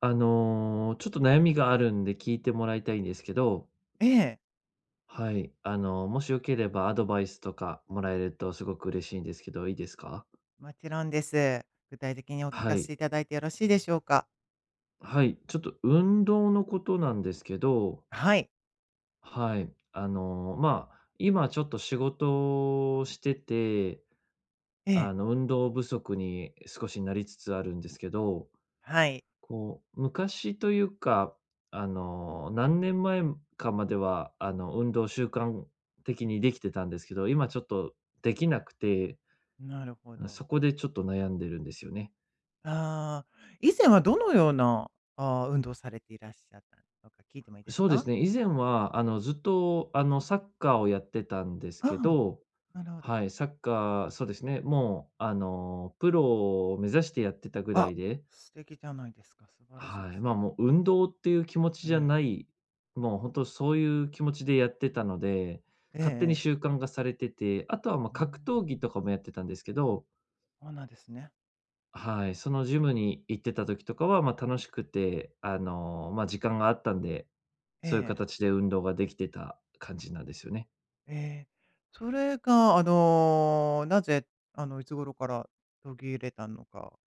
ちょっと悩みがあるんで聞いてもらいたいんですけど、ええ、はい。もしよければアドバイスとかもらえるとすごく嬉しいんですけど、いいですか？もちろんです。具体的にお聞はかせい。いただいてよろしいでしょうか？はい。ちょっと運動のことなんですけど、はい。はい。まあ、今ちょっと仕事をしてて、ええ、運動不足に少しなりつつあるんですけど。はい。こう、昔というか、何年前かまでは、運動習慣的にできてたんですけど、今ちょっとできなくて、なるほそど。こでちょっと悩んでるんですよね。ああ、以前はどのような、運動をされていらっしゃったのか聞いてもいいですそうですか？ね、以前は、ずっと、サッカーをやってたんですけああ、ど、なるほど。はい、サッカー、そうですね、もう、プロを目指してやってたぐらあ、いで、素敵じゃないですか。素晴らしいではい、すま、ね。もう運動っていう気持ちえじゃえ、ない、もう本当そういう気持ちでやってたので、ええ勝手にええ。習慣がされてて、あとは、ま、う格ん、闘技とかもやってたんですけど、そうなんですね。はい、そのジムに行ってた時とかは、ま、楽しくて、ま、時間があったんで、えそういうえ、形で運動ができてた感じなんですよね。ええ。それが、なぜ、いつ頃から途切れたのか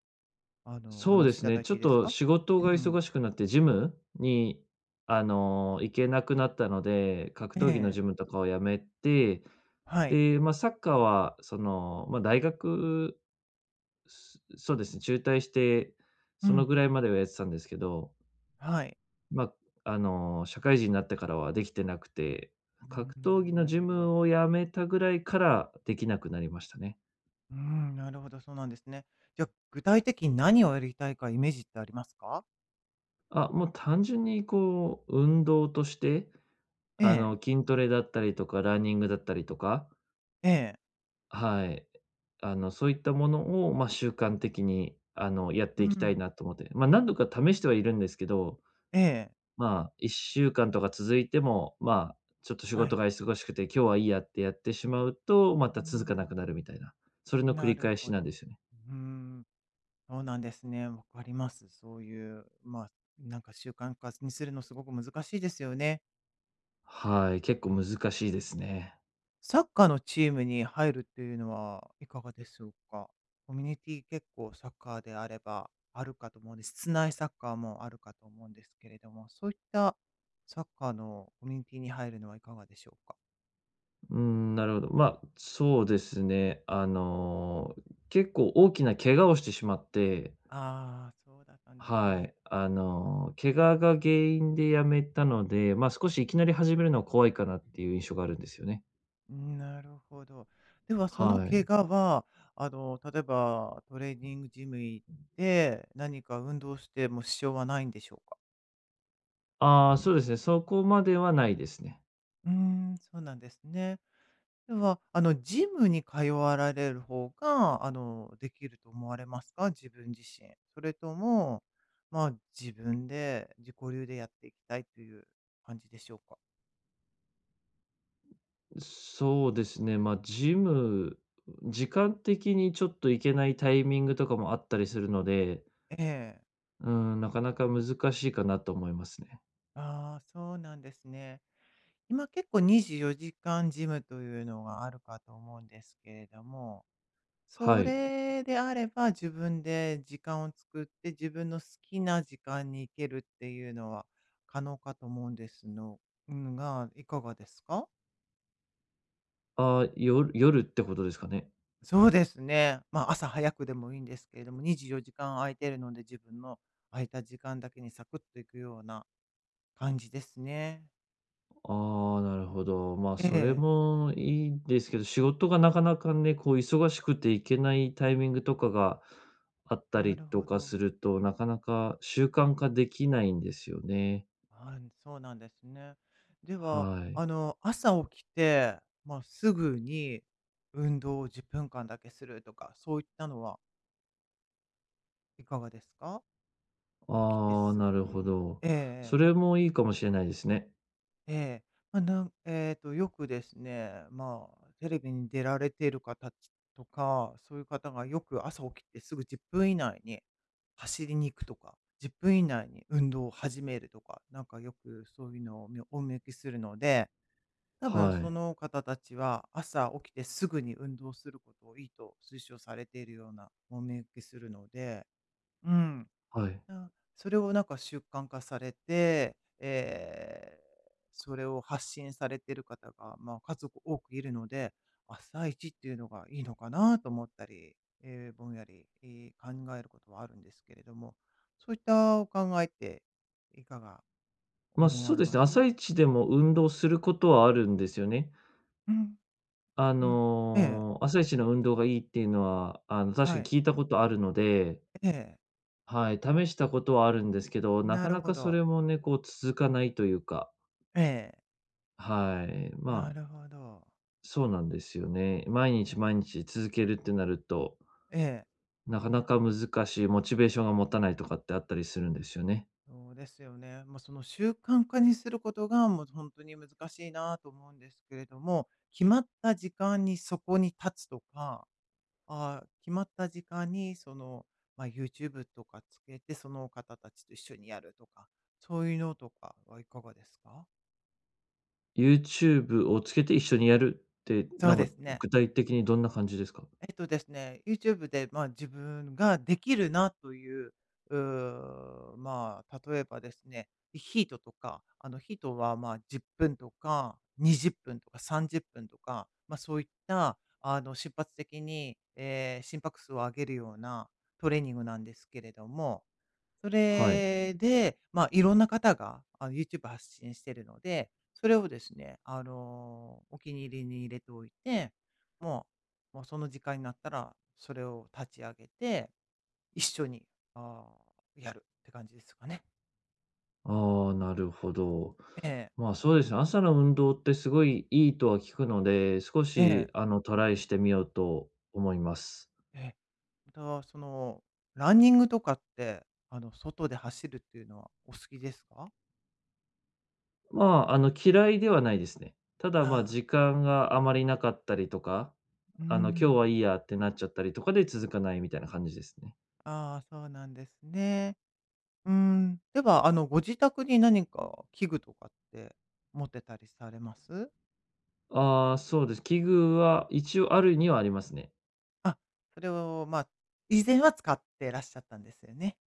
おそう話でしいすたね、だいちてょいいっですとか？仕事うがん。忙しくなってジムに、行けなくなったので、格え闘技のえ。ジムとかを辞めて、はい。で、まあ、サッカーは、その、まあ、大学、そうですね、中退して、うそのん。ぐらいまではやってたんですけど、はい。まあ、社会人になってからはできてなくて、う格ー闘ん、技のなるジほど。ムを辞めたぐらいからできなくなりましたね。うーん、なるほど、そうなんですね。じゃあ、具体的に何をやりたいかイメージってありますか？あ、もう単純にこう運動として、ええ、筋トレだったりとか、ランニングだったりとか、ええ、はい。そういったものを、まあ、習慣的に、やっうていきたいん、なと思って。まあ、何度か試してはいるんですけど、ええ、まあ、1週間とか続いても、まあ、ちょっと仕は事い。が忙しくて、今日はいいやってやってしまうと、まうーた続かなくなるみん、たいな、それの繰なりる返しほなんど。ですよね。うーん、そうなんですね。わかります。そういう、なんか習慣化にするのすごく難しいですよね。はい、結え構え。難しいですね。サッカーのチームに入るっていうのはいかがでしょうか？コミュニティ結構サッカーであればあるかと思うんです。室内サッカーもあるかと思うんですけれども、そういったサッカーのコミュニティに入るのはいかがでしょうか？うーん、なるほど。まあ、そうですね、結構大きな怪我をしてしまって。ああ、そうだったんですはね。い。怪我が原因で辞めたので、ま、少しいきなり始めるのは怖いかなっていう印象があるんですよね。なるほど。ではそのは怪い。我は、例えばトレーニングジム行って、何か運動しても支障はないんでしょうか？ああ、そうですね、そこまではないですね。うーん、そうなんですね。では、ジムに通わられる方が、できると思われますか？自分自身。それとも、まあ、自分で自己流でやっていきたいという感じでしょうか？そうですね、まあ、ジム、時間的にちょっと行けないタイミングとかもあったりするので、ええ。うん、なかなか難しいかなと思いますね。ああ、そうなんですね。今結構24時間ジムというのがあるかと思うんですけれども、はそい。れであれば、自分で時間を作って、自分の好きな時間に行けるっていうのは可能かと思うんですが、いかがですか？ああ、夜ってことですかね？そうですね。朝早くでもいいんですけれども、24時間空いてるので、自分の空いた時間だけにサクッと行くような感じですね。ああ、なるほど。まあ、えそれえ、もいいですけど、仕事がなかなかね、こう忙しくて行けないタイミングとかがあったなりるとほかど。すると、なかなか習慣化できないんですよね。そうなんですね。では、はい。朝起きて、すぐに運動を10分間だけするとか、そういったのはいかがですか？起きてああ、すなぐ。るほど。そええれもいいかもしれないですね。ええ。まあなんええと、よくですね、テレビに出られている方とか、そういう方がよく朝起きてすぐ10分以内に走りに行くとか、10分以内に運動を始めるとか、なんかよくそういうのをお見受けするので、多分はそい。の方たちは朝起きてすぐに運動することをいいと推奨されているようなもみ受けするので、うん、はい。あそれをなんか習慣化されて、それを発信されている方が、家族多くいるので、朝一っていうのがいいのかなと思ったり、ぼんやり、考えることはあるんですけれども、そういったお考えっていかがまあ、思そわうれですまね。す？朝一でも運動することはあるんですよね。うん、なええ、朝一の運動がいいっていうのは、確かはにい。聞いたことあるので、ええ、はい、試したことはあるんですけど、ななかるなほかそれど。もね、こう続かないというか、ええ、はい、なまあ、るほど。そうなんですよね。毎え、日毎日続けるってなると、ええ、なかなか難しい、モチベーションが持たないとかってあったりするんですよね。そうですよね。その習慣化にすることが、もう本当に難しいなと思うんですけれども、決まった時間にそこに立つとか、決まった時間にその、YouTube とかつけて、その方たちと一緒にやるとか、そういうのとかはいかがですか？YouTube をつけて一緒にやるって、そなうんでかすね。具体的にどんな感じですか？YouTube で、自分ができるなという、う例えばですね、ヒートとか、あのヒートは10分とか20分とか30分とか、そういった瞬発的に、心拍数を上げるようなトレーニングなんですけれども、そはい。れで、いろんな方がYouTube 発信してるので、それをですね、お気に入りに入れておいて、ももうその時間になったら、それを立ち上げて、一緒に、あーやるって感じですかね。ああ、なるほど。ええ、まあ、そうですね、朝の運動ってすごいいいとは聞くので、少ええ、しトライしてみようと思います。ええ。また、ランニングとかって、外で走るっていうのはお好きですか？まあ、嫌いではないですね。ただ、まあ、ああ時間があまりなかったりとか、ー、うー今日ん。はいいやってなっちゃったりとかで続かないみたいな感じですね。ああ、そうなんですね。うーん。では、ご自宅に何か器具とかって持ってたりされます？ああ、そうです。器具は一応あるにはありますね。あ、それを、以前は使ってらっしゃったんですよね。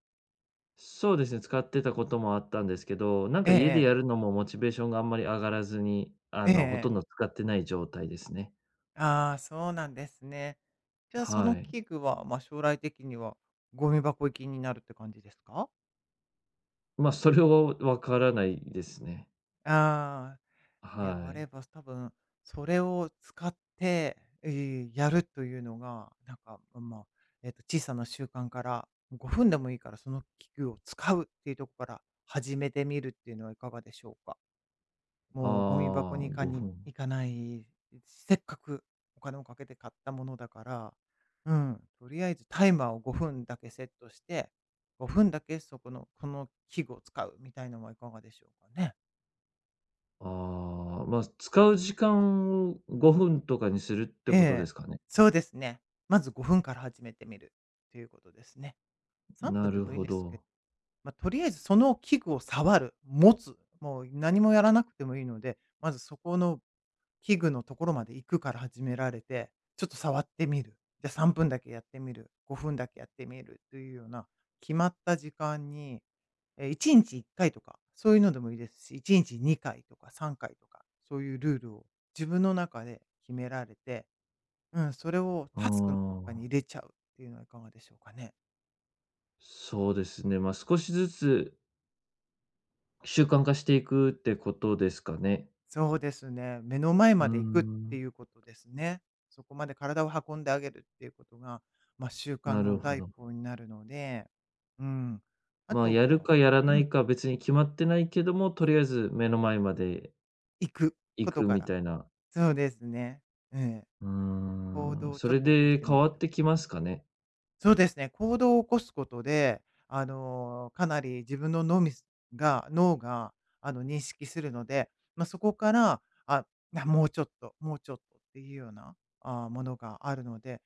そうですね、使ってたこともあったんですけど、なんえか家でえやえ。るのもモチベーションがあんまり上がらずに、えほえとえ、んど使ってない状態ですね。ああ、そうなんですね。じゃあ、そはのい。器具は、将来的にはゴミ箱行きになるって感じですか？まあ、それはわからないですね。ああ、であはい。れば、多分それを使って、やるというのが、なんか、小さな習慣から5分でもいいからその器具を使うっていうところから始めてみるっていうのはいかがでしょうか？もうゴミ箱ああ、に5分。行かないし、せっかくお金をかけて買ったものだから、うん、とりあえずタイマーを5分だけセットして、5分だけそこの、この器具を使うみたいのはいかがでしょうかね。ああ、まあ、使う時間を5分とかにするってえことでえ、すかね。そうですね。まず5分から始めてみるということですね。3な分でるもいいんほですけど、ど。とりあえずその器具を触る、持つ、もう何もやらなくてもいいので、まずそこの器具のところまで行くから始められて、ちょっと触ってみる。じゃ、3分だけやってみる、5分だけやってみるというような、決まった時間に、1日1回とか、そういうのでもいいですし、1日2回とか3回とか、そういうルールを自分の中で決められて、うん、それをうタスクの中にん。入れちゃうっていうのはいかがでしょうかね？そうですね、まあ、少しずつ習慣化していくってことですかね。そうですね。目の前うーまで行くってん、いうことですね。そこまで体を運んであげるっていうことが、習慣なのるほ第一ど。歩になるので、うん。あまあ、とやるは、かやらうなん、いか別に決まってないけども、とりあえず目の前まで行くこ行とくかみら、たいな。そうですね。ええ、うー行ん、動をそちょっれと起こしでて変みるわっってこてときです。ますかね。そうですね、行動を起こすことで、かなり自分の脳が、認識するので、そこから、もうちょっと、もうちょっとっていうような、ものがあるので、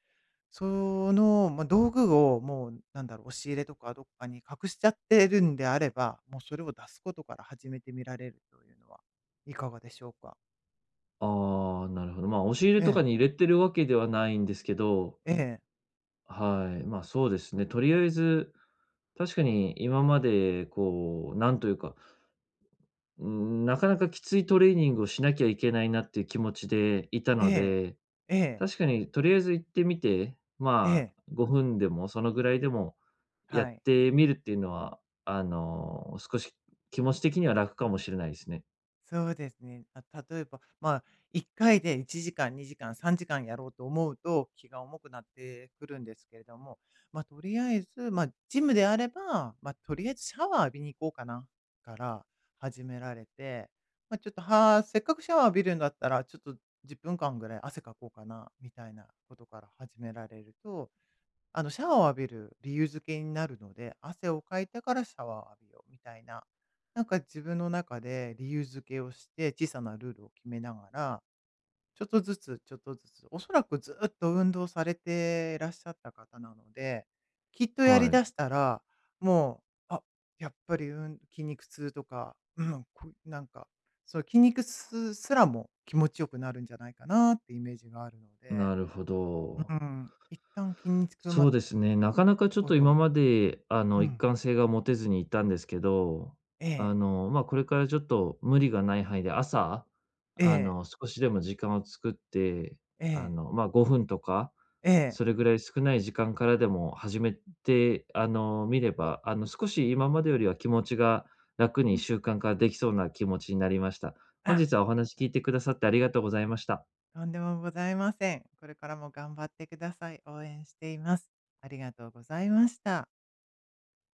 道具をもう、なんだろう、押し入れとかどっかに隠しちゃってるんであれば、もうそれを出すことから始めてみられるというのはいかがでしょうか？ああ、なるほど。まあ、押し入れえとかえ、に入れてるわけではないんですけど。ええ、はい、まあ、そうですね。とりあえず、確かに今までこう、なんというか、うん、なかなかきついトレーニングをしなきゃいけないなっていう気持ちでいたえのえ、で、ええ、確かにとりあえず行ってみて、えまあ、え、5分でもそのぐらいでもやはっい。てみるっていうのは、少し気持ち的には楽かもしれないですね。そうですね。あ、例えば、1回で1時間、2時間、3時間やろうと思うと、気が重くなってくるんですけれども、とりあえず、ジムであれば、とりあえずシャワー浴びに行こうかなから始められて、ちょっと、せっかくシャワー浴びるんだったら、ちょっと10分間ぐらい汗かこうかなみたいなことから始められると、シャワーを浴びる理由付けになるので、汗をかいたからシャワーを浴びようみたいな、なんか自分の中で理由付けをして、小さなルールを決めながら、ちょっとずつちょっとずつ、おそらくずっと運動されていらっしゃった方なので、きっとやりはだしたら、もう、やっぱり、うん、筋肉痛とか、うん、なんか、そう筋肉痛すらも気持ちよくなるんじゃないかなってイメージがあるのい、で、なるほうど。ん、一旦筋肉痛まそうでですね。なかなかちょっ追いと込今む。まで、う一ん。貫性が持てずにいたんですけど、ええ、まあ、これからちょっと無理がない範囲で朝、ええ、少しでも時間を作って、ええ、まあ、5分とか、ええ。それぐらい少ない時間からでも始めて、みれば、少し今までよりは気持ちが楽うにん。習慣化できそうな気持ちになりました。本あ、日はお良話かっ聞いたてでくす。ださってありがとうございました。とんでもございません。これからも頑張ってください。応援しています。ありがとうございました。